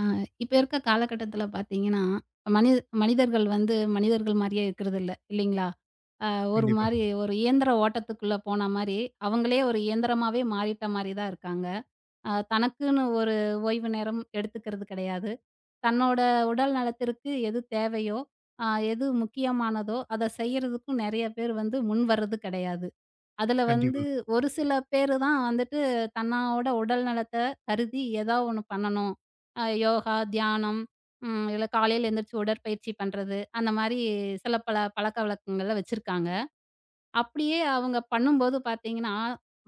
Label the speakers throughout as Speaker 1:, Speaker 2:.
Speaker 1: ஆ, இப்ப இருக்க காலகட்டத்தில பார்த்தீங்கன்னா, மனி மனிதர்கள் வந்து மனிதர்கள் மாரியே இருக்கிறதில்ல, இல்லைங்களா? அ ஒரு
Speaker 2: கண்டிப்பா,
Speaker 1: மாரி ஒரு இயந்திர ஓட்டத்துக்குள்ள போன மாரி, அவங்களே ஒரு இயந்திரமாவே மாறிட்ட மாரி தான் இருக்காங்க. தனக்குன்னு ஒரு ஓய்வு நேரம் எடுத்துக்கிறது கிடையாது. தன்னோட உடல் நலத்திற்கு எது தேவையோ, அ எது முக்கியமானதோ, அத செய்யறதுக்கும் நெறைய பேர் வந்து முன்வர்றது கிடையாது. அதுல
Speaker 2: கண்டிப்பா,
Speaker 1: வந்து ஒரு சில பேரு தான் வந்துட்டு தன்னோட உடல் நலத்த கருதி ஏதா ஒண்ணு பண்ணணும். யோகா, தியானம், ம் இல்ல காலையில எந்திரிச்சு உடற்பயிற்சி பண்றது, அந்த மாரி சில பல பழக்கவழக்கங்கள்ல வச்சிருக்காங்க. அப்படியே அவங்க பண்ணும்போது பார்த்தீங்கன்னா,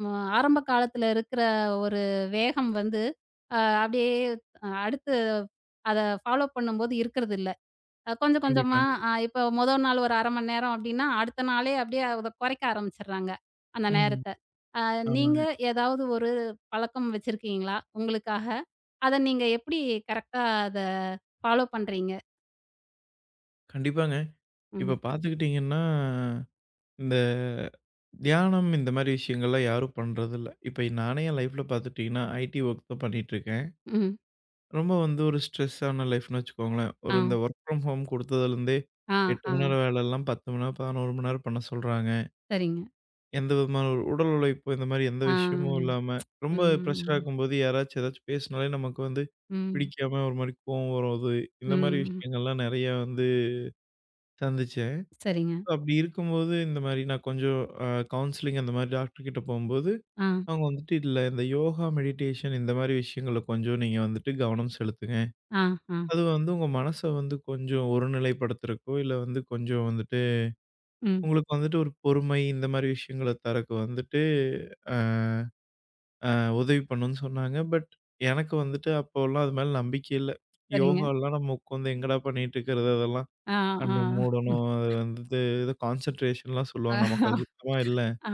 Speaker 1: ம ஆரம்ப காலத்துல இருக்கிற ஒரு வேகம் வந்து, அ அப்படியே அடுத்து அத ஃபாலோ பண்ணும்போது இருக்கிறதில்ல. கொஞ்சம் கொஞ்சமா,
Speaker 2: கண்டிப்பாங்க.
Speaker 1: இப்போ முதல் நாள் ஒரு 1/2 மணி நேரம் அப்படின்னா, அடுத்த நாளே அப்படியே அத குறைக்க ஆரம்பிச்சுடுறாங்க, அந்த
Speaker 2: ம்.
Speaker 1: நேரத்த. அ நீங்க
Speaker 2: ஆமாங்க.
Speaker 1: ஏதாவது ஒரு பழக்கம் வச்சிருக்கீங்களா? உங்களுக்காக. அத நீங்க எப்படி கரெக்ட்டா அத ஃபாலோ பண்றீங்க?
Speaker 2: கண்டிப்பாங்க. இப்ப
Speaker 1: ம்,
Speaker 2: பார்த்துக்கிட்டீங்கன்னா, இந்த தியானம் இந்த மாரி விஷயங்கள்லாம் யாரும் பண்றதில்ல. இப்ப நானே என் லைஃப்ல பார்த்துட்டீங்கன்னா, ஐடி ஒர்க் தான் பண்ணிட்டுருக்கேன்.
Speaker 1: ம்.
Speaker 2: ரொம்ப வந்து ஒரு ஸ்ட்ரெஸ்ஸான லைஃப்ன்னு வச்சுக்கோங்களேன். ஒரு
Speaker 1: ஆ,
Speaker 2: இந்த ஒர்க் ஃப்ரம் ஹோம் குடுத்ததுலேருந்தே
Speaker 1: ஆ,
Speaker 2: 8
Speaker 1: ஆ.
Speaker 2: மணி நேரம் வேலைலாம் 10 மணி நேரம், 11 மணி நேரம் பண்ண சொல்றாங்க.
Speaker 1: சரிங்க.
Speaker 2: எந்த விதமான ஒரு உடல் உழைப்பு இந்த மாரி எந்த
Speaker 1: ஆ.
Speaker 2: விஷயமும் இல்லாம, ரொம்ப பிரஷரா
Speaker 1: ம்,
Speaker 2: இருக்கும்போது யாராச்சும் ஏதாச்சும் பேசினாலே நமக்கு வந்து
Speaker 1: ம்,
Speaker 2: பிடிக்காம ஒரு மாரி கோவம் வர்றது, இந்த மாரி
Speaker 1: ம்.
Speaker 2: விஷயங்கள்லாம் நெறைய வந்து சந்திச்சேன்.
Speaker 1: சரிங்க.
Speaker 2: So, அப்படி இருக்கும்போது இந்த மாரி நான் கொஞ்சம் அ கவுன்சிலிங் அந்த மாரி டாக்டர் கிட்ட போம்போது,
Speaker 1: ஆ,
Speaker 2: அவங்க வந்துட்டு இல்ல இந்த யோகா, மெடிடேஷன் இந்த மாரி விஷயங்கள்ல கொஞ்சம் நீங்க வந்துட்டு கவனம் செலுத்துங்க.
Speaker 1: ஆ, ஆ.
Speaker 2: அது வந்து உங்க மனச வந்து கொஞ்சம் ஒருநிலைப்படுத்துறக்கோ, இல்ல வந்து கொஞ்சம் வந்துட்டு
Speaker 1: ம்.
Speaker 2: உங்களுக்கு வந்துட்டு ஒரு பொறுமை இந்த மாரி விஷயங்கள தரக்கு வந்துட்டு அ அ உதவி பண்ணுன்னு சொன்னாங்க. பட் எனக்கு வந்துட்டு அப்போலாம் அது மேல நம்பிக்கை இல்ல.
Speaker 1: சரிங்க.
Speaker 2: யோகாலாம் நம்ம உட்காந்து எங்கடா பண்ணிட்டுருக்கிறது அதெல்லாம்.
Speaker 1: ஆ, ஆ.
Speaker 2: கண்ண மூடணும். அது வந்துட்டு ஏதோ கான்சன்ட்ரேஷன்லாம் சொல்லுவாங்க.
Speaker 1: ஆ,
Speaker 2: நமக்கு அது சுத்தமா இல்ல.
Speaker 1: ஆ,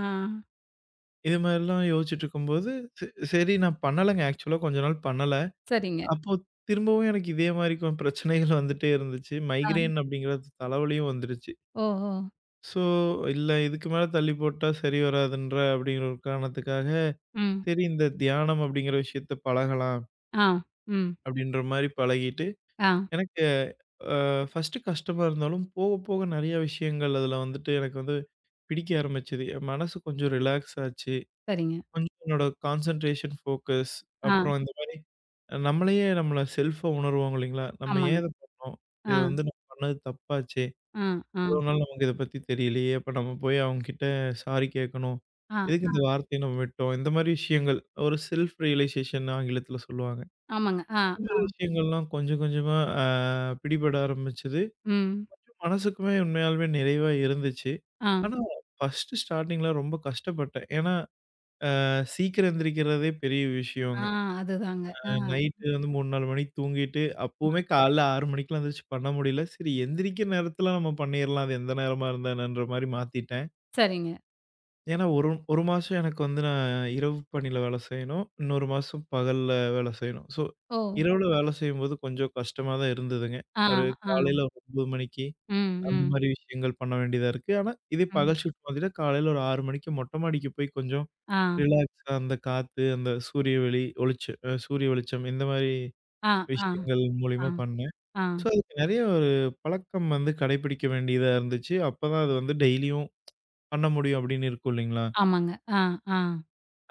Speaker 2: இது மாரிலாம் யோசிச்சுட்டுருக்கும்போது, ச சரி நான் பண்ணலங்க. ஆக்சுவலா கொஞ்ச நாள் பண்ணல.
Speaker 1: சரிங்க.
Speaker 2: அப்போ திரும்பவும் எனக்கு இதே மாரி பிரச்சனைகள் வந்துட்டே இருந்துச்சு.
Speaker 1: ஆ.
Speaker 2: மைக்ரேன் அப்படிங்கிறது தலைவலியும் வந்துருச்சு.
Speaker 1: ஓஹோ!
Speaker 2: ஸோ இல்ல இதுக்கு மேல தள்ளி போட்டா சரி வராதுன்ற அப்படிங்கிற ஒரு காரணத்துக்காக,
Speaker 1: ம்.
Speaker 2: சரி இந்த தியானம் அப்படிங்கிற விஷயத்த பழகலாம்.
Speaker 1: ஆ. ம்.
Speaker 2: அப்படின்ற மாரி பழகிட்டு,
Speaker 1: ஆ,
Speaker 2: எனக்கு அ ஃபர்ஸ்ட்டு கஷ்டமா இருந்தாலும், போக போக நெறைய விஷயங்கள் அதில வந்துட்டு எனக்கு வந்து பிடிக்க ஆரம்பிச்சது. என் மனசு கொஞ்சம் ரிலாக்ஸ் ஆச்சு.
Speaker 1: சரிங்க.
Speaker 2: கொஞ்சம் என்னோட கான்சன்ட்ரேஷன், ஃபோக்கஸ்
Speaker 1: ஆ,
Speaker 2: அப்புறம் இந்த மாரி நம்மளையே நம்மள செல்ஃபா உணர்வோம் இல்லைங்களா? நம்ம ஏன்
Speaker 1: ஆமாங்க.
Speaker 2: இத பண்ணோம்?
Speaker 1: ஆ,
Speaker 2: இத வந்து நம்ம பண்ணது தப்பாச்சே!
Speaker 1: ஆ, ஆ,
Speaker 2: இவ்வளோ நாள் நமக்கு இத பத்தி தெரியலையே! அப்ப நம்ம போய் அவங்ககிட்ட சாரி கேட்கணும்.
Speaker 1: ஆ,
Speaker 2: எதுக்கு இந்த வார்த்தைய நம்ம விட்டோம்? இந்த மாரி விஷயங்கள். ஒரு செல்ஃப் ரியலைசேஷன் ஆங்கிலத்தில சொல்லுவாங்க.
Speaker 1: ஆமாங்க. ஆ,
Speaker 2: இந்த
Speaker 1: ஆ,
Speaker 2: மாரி விஷயங்கள்லாம் கொஞ்சம் கொஞ்சமா பிடிபட ஆரம்பிச்சது.
Speaker 1: ம்.
Speaker 2: கொஞ்சம் மனசுக்குமே உண்மையாலுமே நிறைவா இருந்துச்சு.
Speaker 1: ஆ,
Speaker 2: ஆனா, ஃபர்ஸ்ட்டு ஸ்டார்ட்டிங்ல ரொம்ப கஷ்டப்பட்டேன். ஏன்னா, சீக்கிரம் எந்திரிக்கிறதே பெரிய
Speaker 1: ஆ,
Speaker 2: விஷயங்க.
Speaker 1: அதுதாங்க. ஆ,
Speaker 2: நைட்டு வந்து 3, 4 மணிக்கு தூங்கிட்டு, அப்பவுமே காலைல 6 மணிக்கெல்லாம் எந்திரிச்சு பண்ண முடியல. சரி எந்திரிக்கிற நேரத்துல நம்ம பண்ணிறலாம். அது எந்த நேரமா இருந்தா என்னன்ற மாரி மாத்திட்டேன்.
Speaker 1: சரிங்க.
Speaker 2: ஏன்னா, ஒரு ஒரு மாசம் எனக்கு வந்து நான் இரவு பணியில வேலை செய்யணும். இன்னொரு மாசம் பகல்ல வேலை செய்யணும். ஸோ,
Speaker 1: ஓ!
Speaker 2: இரவுல வேலை செய்யும்போது கொஞ்சம் கஷ்டமா தான் இருந்ததுங்க.
Speaker 1: ஆ,
Speaker 2: ஒரு
Speaker 1: ஆ,
Speaker 2: காலையில 9 மணிக்கு
Speaker 1: ம்,
Speaker 2: அந்த
Speaker 1: ம்,
Speaker 2: மாரி விஷயங்கள் பண்ண வேண்டியதா இருக்கு. ஆனா, இதே
Speaker 1: ம்.
Speaker 2: பகல் ஷிஃப்ட் பாத்தீங்கன்னா, காலையில ஒரு 6 மணிக்கு மொட்டை மாடிக்கு போய் கொஞ்சம்
Speaker 1: ஆ,
Speaker 2: ரிலாக்ஸா அந்த காத்து, அந்த சூரிய ஒளி ஒளிச்சு சூரிய வெளிச்சம் இந்த மாரி
Speaker 1: ஆ, ஆ,
Speaker 2: விஷயங்கள்
Speaker 1: ஆ,
Speaker 2: மூலியமா பண்ணேன்.
Speaker 1: ஆ,
Speaker 2: ஸோ, அதுக்கு நெறைய ஒரு பழக்கம் வந்து கடைபிடிக்க வேண்டியதா இருந்துச்சு. அப்பதான் அது வந்து டெய்லியும் பண்ண முடியும் அப்படின்னு இருக்கும் இல்லைங்களா?
Speaker 1: ஆமாங்க. ஆ, ஆ,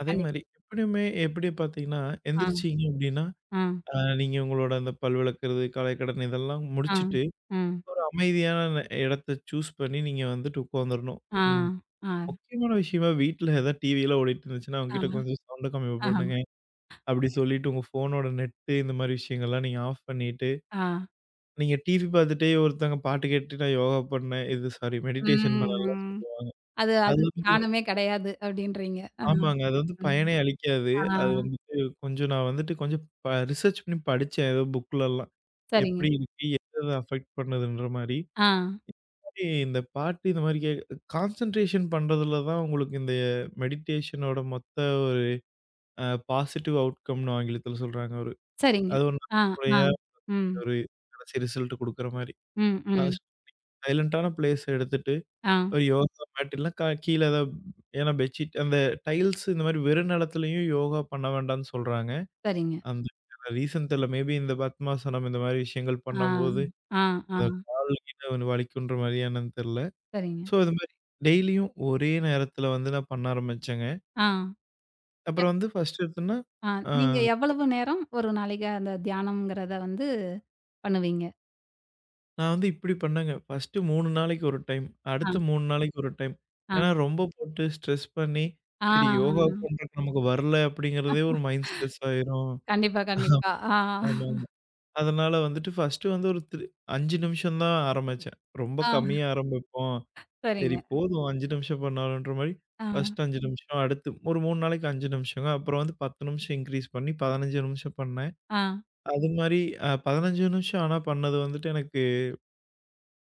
Speaker 2: அதே
Speaker 1: கண்டிப்பா.
Speaker 2: மாரி எப்படியுமே எப்படி பார்த்தீங்கன்னா,
Speaker 1: ஆ,
Speaker 2: எந்திரிச்சீங்க அப்படின்னா,
Speaker 1: ஆ,
Speaker 2: அ நீங்க உங்களோட அந்த பல் விளக்குறது, காலை கடன் இதெல்லாம்
Speaker 1: ஆ,
Speaker 2: முடிச்சுட்டு,
Speaker 1: ம்.
Speaker 2: ஒரு அமைதியான இடத்த சூஸ் பண்ணி நீங்க வந்துட்டு உட்காந்துரணும்.
Speaker 1: ஆ,
Speaker 2: ம்.
Speaker 1: ஆ,
Speaker 2: முக்கியமான விஷயமா வீட்ல ஏதாவது டிவிலாம் ஓடிட்டு இருந்துச்சுன்னா, அவங்ககிட்ட
Speaker 1: ஆமா.
Speaker 2: கொஞ்சம் சவுண்ட கம்மி
Speaker 1: ஆ,
Speaker 2: பண்ணுங்க. அப்படி சொல்லிட்டு உங்க ஃபோனோட நெட்டு இந்த மாரி விஷயங்கள்லாம் நீங்க ஆஃப் பண்ணிட்டு,
Speaker 1: ஆ,
Speaker 2: நீங்க டிவி பார்த்துட்டே ஒருத்தவங்க பாட்டு கேட்டுட்டு நான் யோகா பண்ணேன். இது சாரி மெடிடேஷன் பண்ணலாம்
Speaker 1: ம். அது அது
Speaker 2: அது வந்து
Speaker 1: தியானமே கிடையாது அப்டின்றீங்க. ஆ,
Speaker 2: ஆமாங்க. அது வந்து
Speaker 1: ம்.
Speaker 2: பயனே அளிக்காது.
Speaker 1: ஆ,
Speaker 2: அது வந்துட்டு கொஞ்சம் நான் வந்துட்டு கொஞ்சம் ரிசர்ச் பண்ணி படிச்சேன். ஏதோ புக்லலாம்.
Speaker 1: சரிங்க.
Speaker 2: எப்படி இருக்கு? எத எத அஃபெக்ட் பண்ணுதுன்ற மாரி.
Speaker 1: ஆ,
Speaker 2: மாரி இந்த பாட்டு இந்த மாரி கான்சன்ட்ரேஷன் பண்றதுல தான் உங்களுக்கு இந்த மெடிடேஷனோட மொத்த ஒரு பாசிட்டிவ் அவுட்கம்னு ஆங்கிலத்தில சொல்றாங்க ஒரு.
Speaker 1: சரிங்க.
Speaker 2: அது ஒரு நல்ல
Speaker 1: ஆ, ஆ,
Speaker 2: முறையா
Speaker 1: ம்,
Speaker 2: ஒரு கடைசி ரிசல்ட் குடுக்குற மாரி.
Speaker 1: ம்,
Speaker 2: அ
Speaker 1: ம்.
Speaker 2: சைலன்ட்டான பிளேஸ் எடுத்துட்டு
Speaker 1: ஆ.
Speaker 2: ஒரு யோகா மேட் இல்ல கீழ ஏதாவது ஏன்னா பெட்ஷீட் அந்த டைல்ஸ் இந்த மாரி வெறும் நிலத்துலயும் யோகா பண்ண வேண்டான்னு சொல்றாங்க.
Speaker 1: சரிங்க.
Speaker 2: அந்த ரீசன்ட்ல மேபி இந்த பத்மாசனம் இந்த மாரி விஷயங்கள்
Speaker 1: ஆ,
Speaker 2: பண்ணும்போது,
Speaker 1: ஆ, ஆ.
Speaker 2: இந்த கால் கீழ வலிக்குன்ற மாரியா என்னன்னு தெரியல.
Speaker 1: சரிங்க.
Speaker 2: ஸோ இது மாரி டெய்லியும் ஒரே நேரத்துல வந்து நான் பண்ண ஆரம்பிச்சேங்க.
Speaker 1: ஆ. ய
Speaker 2: அப்புறம் வந்து ஃபர்ஸ்ட் எடுத்தோன்னா,
Speaker 1: ஆ.
Speaker 2: ஆ
Speaker 1: நீங்க எவ்வளவு நேரம் ஒரு நாளைக்கு அந்த தியானம்ங்கிறத வந்து பண்ணுவீங்க?
Speaker 2: நான் வந்து இப்படி பண்ணேங்க. ஃபர்ஸ்ட்டு 3 நாளைக்கு ஒரு டைம்,
Speaker 1: ஆ,
Speaker 2: அடுத்து 3 நாளைக்கு ஒரு டைம்.
Speaker 1: ஆ,
Speaker 2: ஏன்னா ரொம்ப போட்டு ஸ்ட்ரெஸ் பண்ணி,
Speaker 1: ஆ.
Speaker 2: சரி யோகா பண்றதுக்கு நமக்கு வரல அப்படிங்கிறதே ஒரு மைண்ட் ஸ்ட்ரெஸ் ஆயிரும்.
Speaker 1: கண்டிப்பா, கண்டிப்பா. ஆ,
Speaker 2: ஆமாங்க. அதனால வந்துட்டு ஃபர்ஸ்ட்டு வந்து ஒரு 5 நிமிஷம் தான் ஆரம்பிச்சேன். ரொம்ப
Speaker 1: ஆ.
Speaker 2: கம்மியா ஆரம்பிப்போம். சரி
Speaker 1: சரிங்க.
Speaker 2: போதும் 5 நிமிஷம் பண்ணாலும்ன்ற மாரி,
Speaker 1: ஆ,
Speaker 2: ஃபர்ஸ்ட் 5 நிமிஷம் அடுத்து ஒரு 3 நாளைக்கு 5 நிமிஷங்க. அப்புறம் வந்து 10 நிமிஷம் இன்கிரீஸ் பண்ணி 15 நிமிஷம் பண்ணேன்.
Speaker 1: ஆ.
Speaker 2: அது மாரி 15 நிமிஷம் ஆனா பண்ணது வந்துட்டு எனக்கு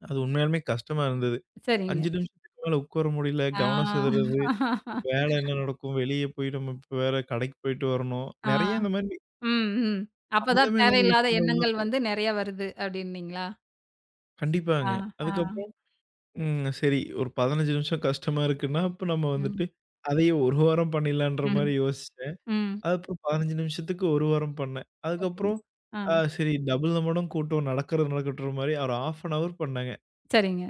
Speaker 2: அது உண்மையாலுமே கஷ்டமா இருந்தது.
Speaker 1: சரிங்க.
Speaker 2: 5 நிமிஷத்துக்கு மேல உட்கார முடியல,
Speaker 1: ஆ.
Speaker 2: கவனம் சிதறுது, வேலை என்ன நடக்கும், வெளிய போய் நம்ம இப்ப வேற கடைக்கு போயிட்டு வரணும். நெறைய
Speaker 1: ஆ.
Speaker 2: இந்த மாரி
Speaker 1: ம், ம். அப்பதான்
Speaker 2: சம்மந்தமே இல்லாத
Speaker 1: தேவையில்லாத
Speaker 2: விஷயங்கள்லாம்
Speaker 1: எண்ணங்கள் வந்து நெறைய வருது அப்டின்னீங்களா? ஆ,
Speaker 2: கண்டிப்பாங்க.
Speaker 1: ஆ.
Speaker 2: அதுக்கப்புறம் ம் சரி ஒரு 15 நிமிஷம் கஷ்டமா இருக்குன்னா, அப்ப நம்ம
Speaker 1: ம்,
Speaker 2: வந்துட்டு அதையே ஒரு வாரம் பண்ணிடலான்ற
Speaker 1: ம்,
Speaker 2: மாரி யோசிச்சேன்.
Speaker 1: ம்.
Speaker 2: அதுக்கப்புறம் 15 நிமிஷத்துக்கு 1 வாரம் பண்ணேன்.
Speaker 1: ஓகேங்க.
Speaker 2: அதுக்கப்புறம்
Speaker 1: ஆ.
Speaker 2: சரி டபுள் நம்மளும் கூட்டம் நடக்கிறது நடக்கட்டுன்ற மாரி ஒரு 1/2 அன் ஹவர் பண்ணேங்க.
Speaker 1: சரிங்க.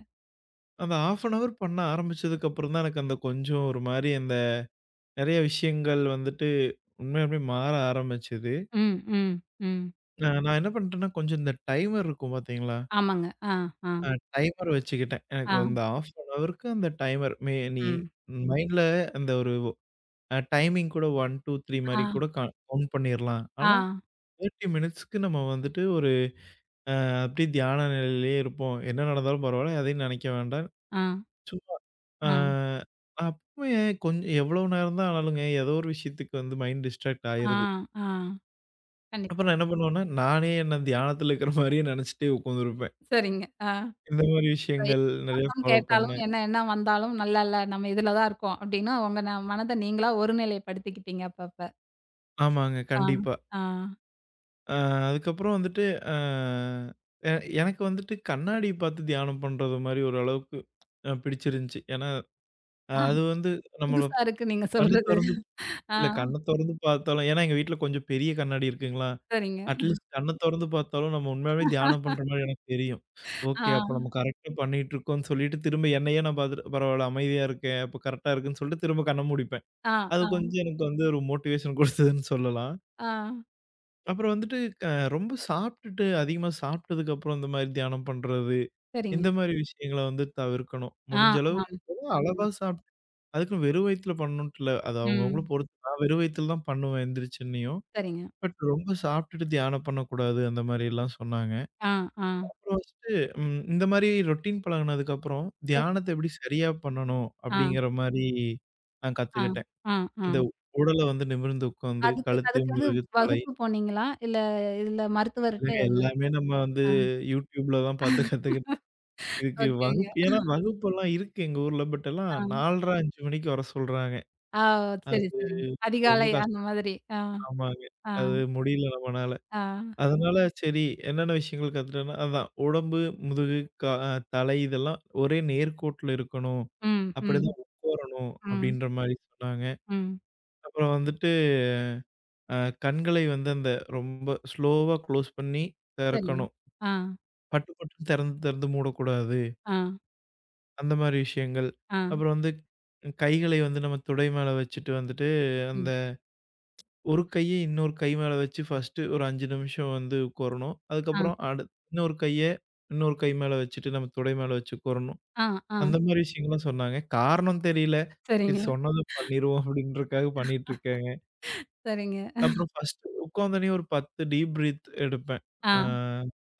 Speaker 2: அந்த 1/2 அன் ஹவர் பண்ண ஆரம்பிச்சதுக்கு அப்புறம் தான் எனக்கு அந்த கொஞ்சம் ஒரு மாரி அந்த நெறைய விஷயங்கள் வந்துட்டு உண்மையாலுமே மாற ஆரம்பிச்சது.
Speaker 1: ம், ம், ம்.
Speaker 2: நான் என்ன பண்ணிட்டேன்னா, கொஞ்சம் இந்த டைமர் இருக்கும் பார்த்தீங்களா?
Speaker 1: ஆமாங்க. ஆ, ஆ.
Speaker 2: அ டைமர் வச்சுக்கிட்டேன். எனக்கு
Speaker 1: ஆ.
Speaker 2: அந்த 1/2 அன் ஹவருக்கு அந்த டைமர் மே நீ
Speaker 1: ம்.
Speaker 2: மைண்ட்ல அந்த ஒரு டைமிங் கூட 1, 2, 3
Speaker 1: ஆ,
Speaker 2: மாரி கூட கவுண்ட் பண்ணிறலாம்.
Speaker 1: ஆ,
Speaker 2: ஆனா 30 மினிட்ஸ்க்கு நம்ம வந்துட்டு ஒரு அப்படியே தியான நிலையிலேயே இருப்போம். என்ன நடந்தாலும் பரவால்ல. எதையும் நினைக்க வேண்டாம்.
Speaker 1: ஆ,
Speaker 2: சும்மா ஆ
Speaker 1: ஆ,
Speaker 2: அப்பயே கொஞ்சம் எவ்வளோ நேரம் தான் ஆனாலுங்க, ஏதோ ஒரு விஷயத்துக்கு வந்து மைண்ட் டிஸ்ட்ராக்ட்
Speaker 1: ஆ,
Speaker 2: ஆயிருது.
Speaker 1: ஆ.
Speaker 2: அப்ப
Speaker 1: கண்டிப்பா.
Speaker 2: நான் என்ன பண்ணுவேன்னா, நானே என்ன தியானத்துல இருக்கிற மாரியே நெனச்சுட்டே உட்காந்துருப்பேன்.
Speaker 1: சரிங்க. ஆ.
Speaker 2: இந்த மாரி
Speaker 1: அ
Speaker 2: விஷயங்கள் நெறைய
Speaker 1: சத்தம்
Speaker 2: ஃபாலோ
Speaker 1: கேட்டாலும்,
Speaker 2: பண்ணேன்.
Speaker 1: என்ன என்ன வந்தாலும், "நல்லா இல்ல நம்ம இதுல தான் இருக்கோம்." அப்படின்னு உங்க ந மனத நீங்களா ஒருநிலைப்படுத்திக்கிட்டீங்க அப்பப்ப.
Speaker 2: ஆமாங்க,
Speaker 1: ஆ,
Speaker 2: கண்டிப்பா.
Speaker 1: ஆ.
Speaker 2: அ அதுக்கப்புறம் வந்துட்டு அ எ எனக்கு வந்துட்டு கண்ணாடி பார்த்து தியானம் பண்றது மாரி ஓரளவுக்கு பிடிச்சிருந்துச்சு. ஏன்னா,
Speaker 1: ஆ,
Speaker 2: அது வந்து நம்மள
Speaker 1: புதுசா இருக்கு நீங்க
Speaker 2: கண்ண
Speaker 1: சொல்றது.
Speaker 2: தொறந்து
Speaker 1: ஆ,
Speaker 2: இல்ல கண்ண தொறந்து பார்த்தாலும் ஏன்னா எங்க வீட்ல கொஞ்சம் பெரிய கண்ணாடி இருக்குங்களா,
Speaker 1: சரிங்க.
Speaker 2: அட்லீஸ்ட் கண்ண தொறந்து பார்த்தாலும் நம்ம உண்மையாவே தியானம் பண்ற மாரி எனக்கு தெரியும். ஓகே அப்ப
Speaker 1: ஆ,
Speaker 2: நம்ம கரெக்ட்டா பண்ணிட்டு இருக்கோம்ன்னு சொல்லிட்டு திரும்ப என்னையே நான் பார்த்துட்டு பரவால்ல அமைதியா இருக்கேன், அப்ப கரெக்ட்டா இருக்குன்னு சொல்லிட்டு திரும்ப கண்ண மூடிப்பேன்.
Speaker 1: ஆ,
Speaker 2: அது
Speaker 1: ஆ,
Speaker 2: கொஞ்சம் எனக்கு வந்து ஒரு மோட்டிவேஷன் குடுத்ததுன்னு சொல்லலாம்.
Speaker 1: ஆ.
Speaker 2: அப்புறம் வந்துட்டு அ ரொம்ப சாப்பிட்டுட்டு அதிகமா சாப்பிட்டதுக்கு அப்புறம் இந்த மாரி தியானம் பண்றது,
Speaker 1: சரிங்க.
Speaker 2: இந்த மாரி விஷயங்கள வந்து தவிர்க்கணும்.
Speaker 1: ஆ,
Speaker 2: முடிஞ்ச
Speaker 1: ஆ.
Speaker 2: அளவுக்கு ஏதோ
Speaker 1: ம்,
Speaker 2: அளவா சாப்பிட்டு அதுக்குன்னு வெறும் வயித்துல பண்ணணுன்ட்டு இல்ல. அது அவங்கவங்கள
Speaker 1: ம்.
Speaker 2: பொறுத்து நான் வெறும் வயித்துல தான் பண்ணுவேன் எந்திரிச்சோன்னேயும்.
Speaker 1: சரிங்க.
Speaker 2: பட் ரொம்ப சாப்பிட்டுட்டு தியானம் பண்ணக்கூடாது அந்த மாரியெல்லாம் சொன்னாங்க.
Speaker 1: ஆ, ஆ.
Speaker 2: அப்புறம் ஃபர்ஸ்ட்டு ம் இந்த மாரி ரொட்டீன் பழகுனதுக்கப்புறம்,
Speaker 1: சரி.
Speaker 2: தியானத்த எப்படி சரியா பண்ணணும்
Speaker 1: ஆ,
Speaker 2: அப்படிங்கிற மாரி நான்
Speaker 1: ஆ,
Speaker 2: கத்துக்கிட்டேன்.
Speaker 1: ஆ, ஆ.
Speaker 2: இந்த உடல வந்து நிமிர்ந்து உட்காந்து,
Speaker 1: அதுக்கு
Speaker 2: கழுத்து,
Speaker 1: அதுக்காக
Speaker 2: முதுகு, தலை
Speaker 1: வகுப்பு போனீங்களா? இல்ல இதுல மருத்துவர்ட்ட
Speaker 2: இல்லங்க
Speaker 1: எது?
Speaker 2: எல்லாமே நம்ம வந்து
Speaker 1: ஆ.
Speaker 2: YouTubeல தான் பார்த்து கத்துக்கிட்டோம். இதுக்கு
Speaker 1: ஓகேங்க.
Speaker 2: வகுப்பு ஏன்னா வகுப்பெல்லாம் இருக்கு எங்க ஊர்ல. பட் எல்லாம்
Speaker 1: ஆ.
Speaker 2: 4:30, 5 மணிக்கு வர சொல்றாங்க.
Speaker 1: ஆ ஓ! சரி,
Speaker 2: அது
Speaker 1: சரிங்க.
Speaker 2: ரொம்ப
Speaker 1: அதிகாலை அந்த
Speaker 2: கஷ்டம்.
Speaker 1: மாதிரி. ஆ,
Speaker 2: ஆமாங்க.
Speaker 1: ஆ,
Speaker 2: அது முடியல நம்மனால.
Speaker 1: ஆ.
Speaker 2: அதனால சரி என்னென்ன விஷயங்கள் கத்துட்டேன்னா, அதான் உடம்பு, முதுகு, கா அ தலை இதெல்லாம் ஒரே நேர்கோட்டுல இருக்கணும்.
Speaker 1: ம், ம்,
Speaker 2: அப்படிதான் உட்காரணும்
Speaker 1: ம்,
Speaker 2: அப்படின்ற மாரி சொன்னாங்க.
Speaker 1: ம்.
Speaker 2: அப்புறம் வந்துட்டு அ கண்களை வந்து அந்த ரொம்ப ஸ்லோவா க்ளோஸ் பண்ணி
Speaker 1: சரிங்க.
Speaker 2: திறக்கணும்.
Speaker 1: ஆ,
Speaker 2: பட்டு பட்டுன்னு திறந்து திறந்து மூடக்கூடாது.
Speaker 1: ஆ,
Speaker 2: அந்த மாரி விஷயங்கள்.
Speaker 1: ஆ,
Speaker 2: அப்புறம் வந்து கைகளை வந்து நம்ம தொடை மேல வச்சுட்டு வந்துட்டு அந்த
Speaker 1: ம்.
Speaker 2: ஒரு கைய இன்னொரு கை மேல வச்சு ஃபர்ஸ்ட்டு ஒரு 5 நிமிஷம் வந்து உட்காரணும்.
Speaker 1: ஆ,
Speaker 2: அதுக்கப்புறம் இன்னொரு கைய இன்னொரு கை மேல வச்சுட்டு நம்ம தொடை மேல வச்சு உட்காரணும்.
Speaker 1: ஆ, ஆ.
Speaker 2: அந்த மாரி விஷயங்கள்லாம் சொன்னாங்க. காரணம் தெரியல. சரி
Speaker 1: சரிங்க,
Speaker 2: சொன்னத பண்ணிருவோம் அப்படின்றதுக்காக பண்ணிட்டு இருக்கேங்க.
Speaker 1: சரிங்க.
Speaker 2: அப்புறம் ஃபர்ஸ்ட்டு உட்காந்தோனே ஒரு 10 டீப் பிரீத் எடுப்பேன்.
Speaker 1: ஆ,
Speaker 2: ஆ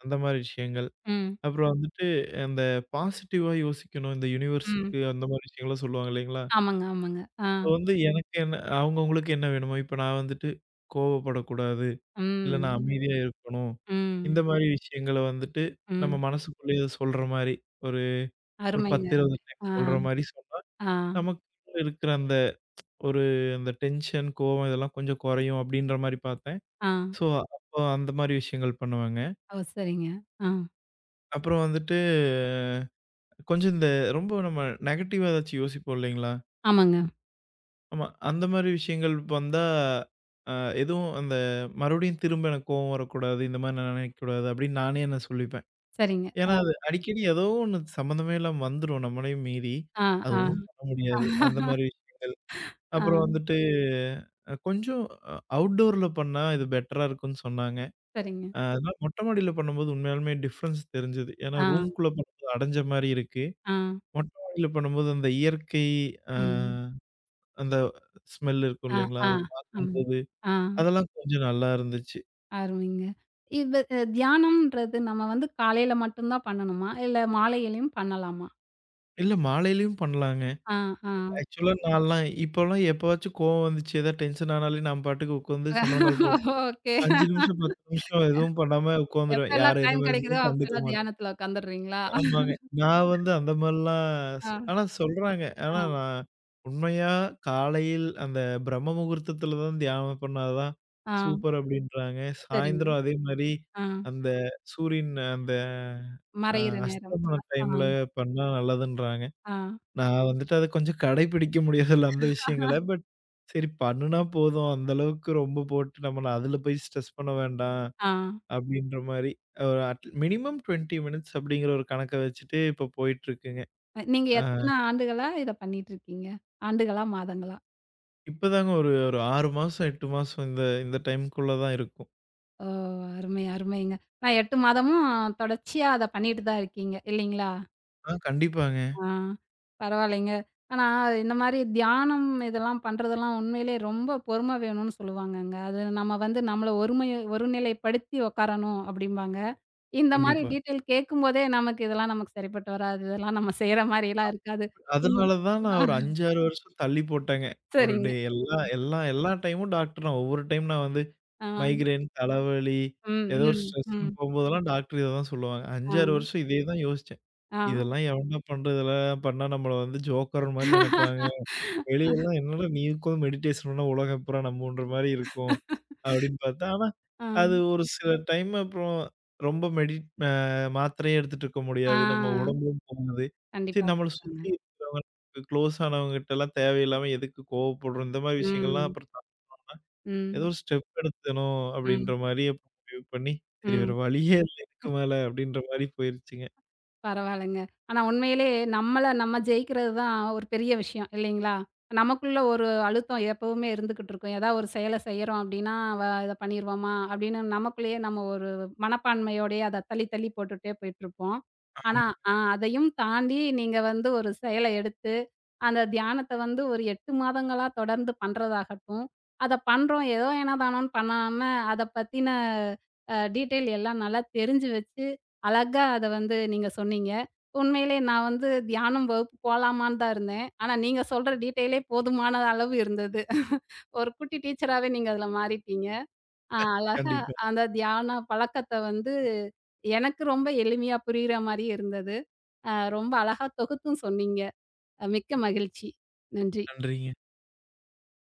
Speaker 2: அந்த மாரி விஷயங்கள்.
Speaker 1: ம்,
Speaker 2: அப்புறம் வந்துட்டு அந்த பாசிட்டிவா யோசிக்கணும். இந்த
Speaker 1: ம்.
Speaker 2: யூனிவர்ஸுக்கு அந்த மாரி விஷயங்கள்லாம் சொல்லுவாங்க இல்லைங்களா?
Speaker 1: ஆமாங்க, ஆமாங்க. ஆ,
Speaker 2: இப்போ வந்து எனக்கு என்ன அவங்கவங்களுக்கு என்ன வேணுமோ, இப்போ நான் வந்துட்டு கோவப்படக்கூடாது. இல்ல நான்
Speaker 1: ம்,
Speaker 2: அமைதியா இருக்கணும்.
Speaker 1: ம்,
Speaker 2: இந்த மாரி விஷயங்கள வந்துட்டு நம்ம
Speaker 1: ம்.
Speaker 2: மனசுக்குள்ளேயே சொல்ற மாரி, ஒரு ஒரு
Speaker 1: அருமைங்க,
Speaker 2: 10, 20
Speaker 1: அருமை.
Speaker 2: டைம்
Speaker 1: ஆ,
Speaker 2: சொல்ற மாரி சொன்னா,
Speaker 1: ஆ,
Speaker 2: நமக்கு இருக்கிற அந்த ஒரு அந்த டென்ஷன், கோவம் இதெல்லாம் கொஞ்சம் குறையும் அப்டின்ற மாரி பார்த்தேன்.
Speaker 1: ஆ.
Speaker 2: ஸோ, அப்போ அந்த மாரி விஷயங்கள் பண்ணுவேங்க.
Speaker 1: ஓ! சரிங்க. ஆ,
Speaker 2: அப்புறம் வந்துட்டு கொஞ்சம் இந்த ரொம்ப நம்ம நெகட்டிவா ஏதாச்சும் யோசிப்போம் இல்லைங்களா?
Speaker 1: ஆமாங்க.
Speaker 2: ஆமா. அந்த மாரி விஷயங்கள் வந்தா அ எதுவும் அந்த மறுபடியும் திரும்ப எனக்கு கோவம் வரக்கூடாது. இந்த மாரி நான் நினைக்கக்கூடாது அப்டின்னு நானே என்ன சொல்லிப்பேன்.
Speaker 1: சரிங்க. ஆ,
Speaker 2: ஏன்னா, அது அடிக்கடி ஏதோ ஒண்ணு சம்மந்தமே இல்லாம வந்துரும் நம்மளையும் மீறி.
Speaker 1: ஆ,
Speaker 2: அது
Speaker 1: ஆ,
Speaker 2: ஒண்ணும் பண்ண முடியாது. அந்த மாரி விஷயங்கள்.
Speaker 1: ஆ,
Speaker 2: அப்புறம் வந்துட்டு கொஞ்சம் அவுட்டோர்ல பண்ணா இது பெட்டரா இருக்கும்னு சொன்னாங்க.
Speaker 1: சரிங்க.
Speaker 2: அதனால மொட்டை மாடியில பண்ணும்போது உண்மையாலுமே டிஃபரன்ஸ் தெரிஞ்சது. ஏன்னா
Speaker 1: ஆ,
Speaker 2: ரூம்க்குள்ள பண்ணும்போது அடைஞ்ச மாரி இருக்கு.
Speaker 1: ஆ,
Speaker 2: மொட்டை மாடியில பண்ணும்போது அந்த இயற்கை அ
Speaker 1: ம்.
Speaker 2: அந்த ஸ்மெல் இருக்கும்
Speaker 1: ஆ,
Speaker 2: இல்லைங்களா?
Speaker 1: ஆ,
Speaker 2: அது
Speaker 1: ஆமாங்க.
Speaker 2: பார்க்கும்போது
Speaker 1: ஆ.
Speaker 2: அதெல்லாம் கொஞ்சம் நல்லா இருந்துச்சு.
Speaker 1: அருமைங்க. இது தியானம்ன்றது நம்ம வந்து காலையில மட்டும் தான் பண்ணணுமா? இல்ல மாலையிலயும் பண்ணலாமா?
Speaker 2: இல்ல மாலையிலயும் பண்ணலாங்க.
Speaker 1: ஆ, ஆ.
Speaker 2: ஆக்சுவலா நான்லாம் இப்போலாம் எப்பவாச்சும் கோவம் வந்துச்சு, ஏதாவது டென்ஷன் ஆனாலே நான் பாட்டுக்கு உட்காந்து சமணங்கால் போட்டு,
Speaker 1: ஓகே.
Speaker 2: 5 நிமிஷம் 10 நிமிஷம் எதுவும் பண்ணாம உட்காந்துருவேன்.
Speaker 1: எப்பல்லாம்
Speaker 2: யார் என்ன
Speaker 1: டைம் கிடைக்குதோ
Speaker 2: பேசுனாலும் கண்டுக்க
Speaker 1: அப்பல்லாம்
Speaker 2: மாட்டேன்.
Speaker 1: தியானத்துல உட்காந்துடுறீங்களா?
Speaker 2: ஆமாங்க. நான் வந்து அந்த மாரிலாம்
Speaker 1: ஆ,
Speaker 2: ஆனா சொல்றாங்க.
Speaker 1: ஆ,
Speaker 2: ஆனா நான் உண்மையா காலையில் அந்த பிரம்ம முகூர்த்தத்துல தான் தியானம் பண்ணாதான்
Speaker 1: ஆ.
Speaker 2: சூப்பர் அப்டின்றாங்க.
Speaker 1: சரிங்க.
Speaker 2: சாயந்தரம் அதே மாரி
Speaker 1: ஆ.
Speaker 2: அந்த சூரியன் அந்த அ
Speaker 1: மறையிற நேரம்.
Speaker 2: அஸ்தமன
Speaker 1: ஆ,
Speaker 2: டைம்ல பண்ணா நல்லதுன்றாங்க.
Speaker 1: ஆ,
Speaker 2: நான் வந்துட்டு அத கொஞ்சம் கடைபிடிக்க முடியாதுல்ல அந்த விஷயங்கள. பட் சரி பண்ணுனா போதும். அந்த அளவுக்கு ரொம்ப போட்டு நம்ம அதுல போய் ஸ்ட்ரெஸ் பண்ண வேண்டாம்.
Speaker 1: ஆ.
Speaker 2: அப்படின்ற மாரி ஒரு அட் மினிமம் 20 மினிட்ஸ் அப்படிங்கிற ஒரு கணக்க வச்சுட்டு இப்ப போயிட்டுருக்குங்க.
Speaker 1: நீங்க
Speaker 2: அ
Speaker 1: எத்தன ஆண்டுகளா இத பண்ணிட்டு இருக்கீங்க? ஆண்டுகளா? மாதங்களா?
Speaker 2: இப்பதாங்க ஒரு ஒரு 6 மாசம், 8 மாசம் இந்த இந்த டைம்க்குள்ள தான் இருக்கும்.
Speaker 1: ஓ! அருமை, அருமைங்க. நான் 8 மாதமும் தொடர்ச்சியா அத பண்ணிட்டு தான் இருக்கீங்க இல்லைங்களா?
Speaker 2: கண்டிப்பாங்க,
Speaker 1: ஆ, பரவாயில்லைங்க. ஆனா, இந்த மாரி தியானம் இதெல்லாம் பண்றதெல்லாம் உண்மையிலேயே ரொம்ப பொறுமை வேணும்னு சொல்லுவாங்கங்க. அது நம்ம வந்து நம்மள ஒருநிலைப்படுத்தி உட்காரணும் அப்படிம்பாங்க. இந்த மாரி
Speaker 2: கண்டிப்பா.
Speaker 1: டீட்டெயில் கேட்கும்போதே நமக்கு இதெல்லாம் நமக்கு சரிப்பட்டு வராது. இதெல்லாம் நம்ம செய்ற மாரிலாம் இருக்காது. ம்.
Speaker 2: அதனால தான் நான்
Speaker 1: ஆ
Speaker 2: ஒரு 5, 6 வருஷம் தள்ளி போட்டேங்க. ஒரு டே
Speaker 1: சரிங்க.
Speaker 2: எல்லா எல்லா எல்லா டைமும் டாக்டர் நான் ஒவ்வொரு டைம் நான் வந்து
Speaker 1: ஆ.
Speaker 2: மைக்ரேன், தலைவலி,
Speaker 1: ம்,
Speaker 2: ஏதோ ஒரு
Speaker 1: ம்,
Speaker 2: ஸ்ட்ரெஸ்ன்னு
Speaker 1: ம்.
Speaker 2: போம்போதெல்லாம் டாக்டர் இத தான் சொல்லுவாங்க.
Speaker 1: ஆ,
Speaker 2: 5, 6 வருஷம் இதே தான் யோசிச்சேன்.
Speaker 1: ஆ,
Speaker 2: இதெல்லாம் எவன்டா பண்றது? இதெல்லாம் பண்ணா நம்மள வந்து ஜோக்கர் மாரி நெனைப்பாங்க. வெளியலாம் என்னடா நீ உட்காந்து மெடிடேஷன் பண்ணா உலகம் பூரா நம்புன்ற மாரி இருக்கும். அப்படின்னு பார்த்தா, ஆனா
Speaker 1: ஆ,
Speaker 2: அது ஒரு சில டைம் அப்புறம் ரொம்ப மெடி அ மாத்திரையே எடுத்துட்டு இருக்க
Speaker 1: ஆ.
Speaker 2: முடியாது. நம்ம உடம்பும் போகாது. சரி
Speaker 1: கண்டிப்பா,
Speaker 2: நம்மள சுத்தி
Speaker 1: கண்டிப்பாங்க.
Speaker 2: இருக்கிறவங்க, க்ளோஸ் ஆனவங்ககிட்டலாம் தேவையில்லாம எதுக்கு கோவப்படுறோம்? இந்த மாரி விஷயங்கள்லாம்
Speaker 1: ம்,
Speaker 2: அப்புறம் ஏதோ
Speaker 1: ம்,
Speaker 2: ஒரு ஸ்டெப் எடுத்தணும் அப்படின்ற
Speaker 1: ம்,
Speaker 2: மாரி அப்ப முடிவு பண்ணி, சரி வேற
Speaker 1: ம்.
Speaker 2: வழியே இல்ல இதுக்கு மேல அப்படின்ற மாரி போயிருச்சுங்க.
Speaker 1: பரவாயில்லங்க. ஆனா உண்மையிலேயே நம்மள நம்ம ஜெயிக்கிறது தான் ஒரு பெரிய விஷயம் இல்லைங்களா? நமக்குள்ள ஒரு அழுத்தம் எப்பவுமே இருந்துகிட்டு இருக்கும். ஏதாவது ஒரு செயல செய்றோம் அப்படின்னா, "அவ இத பண்ணிருவாமா?" அப்படின்னு நமக்குள்ளேயே நம்ம ஒரு மனப்பான்மையோடயே அத தள்ளி தள்ளி போட்டுட்டே போயிட்டுருப்போம்.
Speaker 2: ஆமா.
Speaker 1: ஆனா அதையும் தாண்டி நீங்க வந்து ஒரு செயல எடுத்து, அந்த தியானத்த வந்து ஒரு 8 மாதங்களா தொடர்ந்து பண்றதாகட்டும், அத பண்றோம் ஏதோ ஏனோ தானோன்னு பண்ணாம, அத பத்தின டீட்டெயில் எல்லாம் நல்லா தெரிஞ்சு வச்சு அழகா அத வந்து நீங்க சொன்னீங்க. உண்மையிலே நான் வந்து தியானம் வகுப்பு போலாமான்னு தான் இருந்தேன். ஆனா நீங்க சொல்ற டீட்டெயிலே போதுமான அளவு இருந்தது. ஒரு குட்டி டீச்சராவே நீங்க அதுல மாறிட்டீங்க. அழகா
Speaker 2: கண்டிப்பா.
Speaker 1: அந்த தியான பழக்கத்த வந்து எனக்கு ரொம்ப எளிமையா புரியிற மாரி இருந்தது. அ ரொம்ப அழகா தொகுத்தும் சொன்னீங்க. மிக்க மகிழ்ச்சி. நன்றி.
Speaker 2: நன்றிங்க.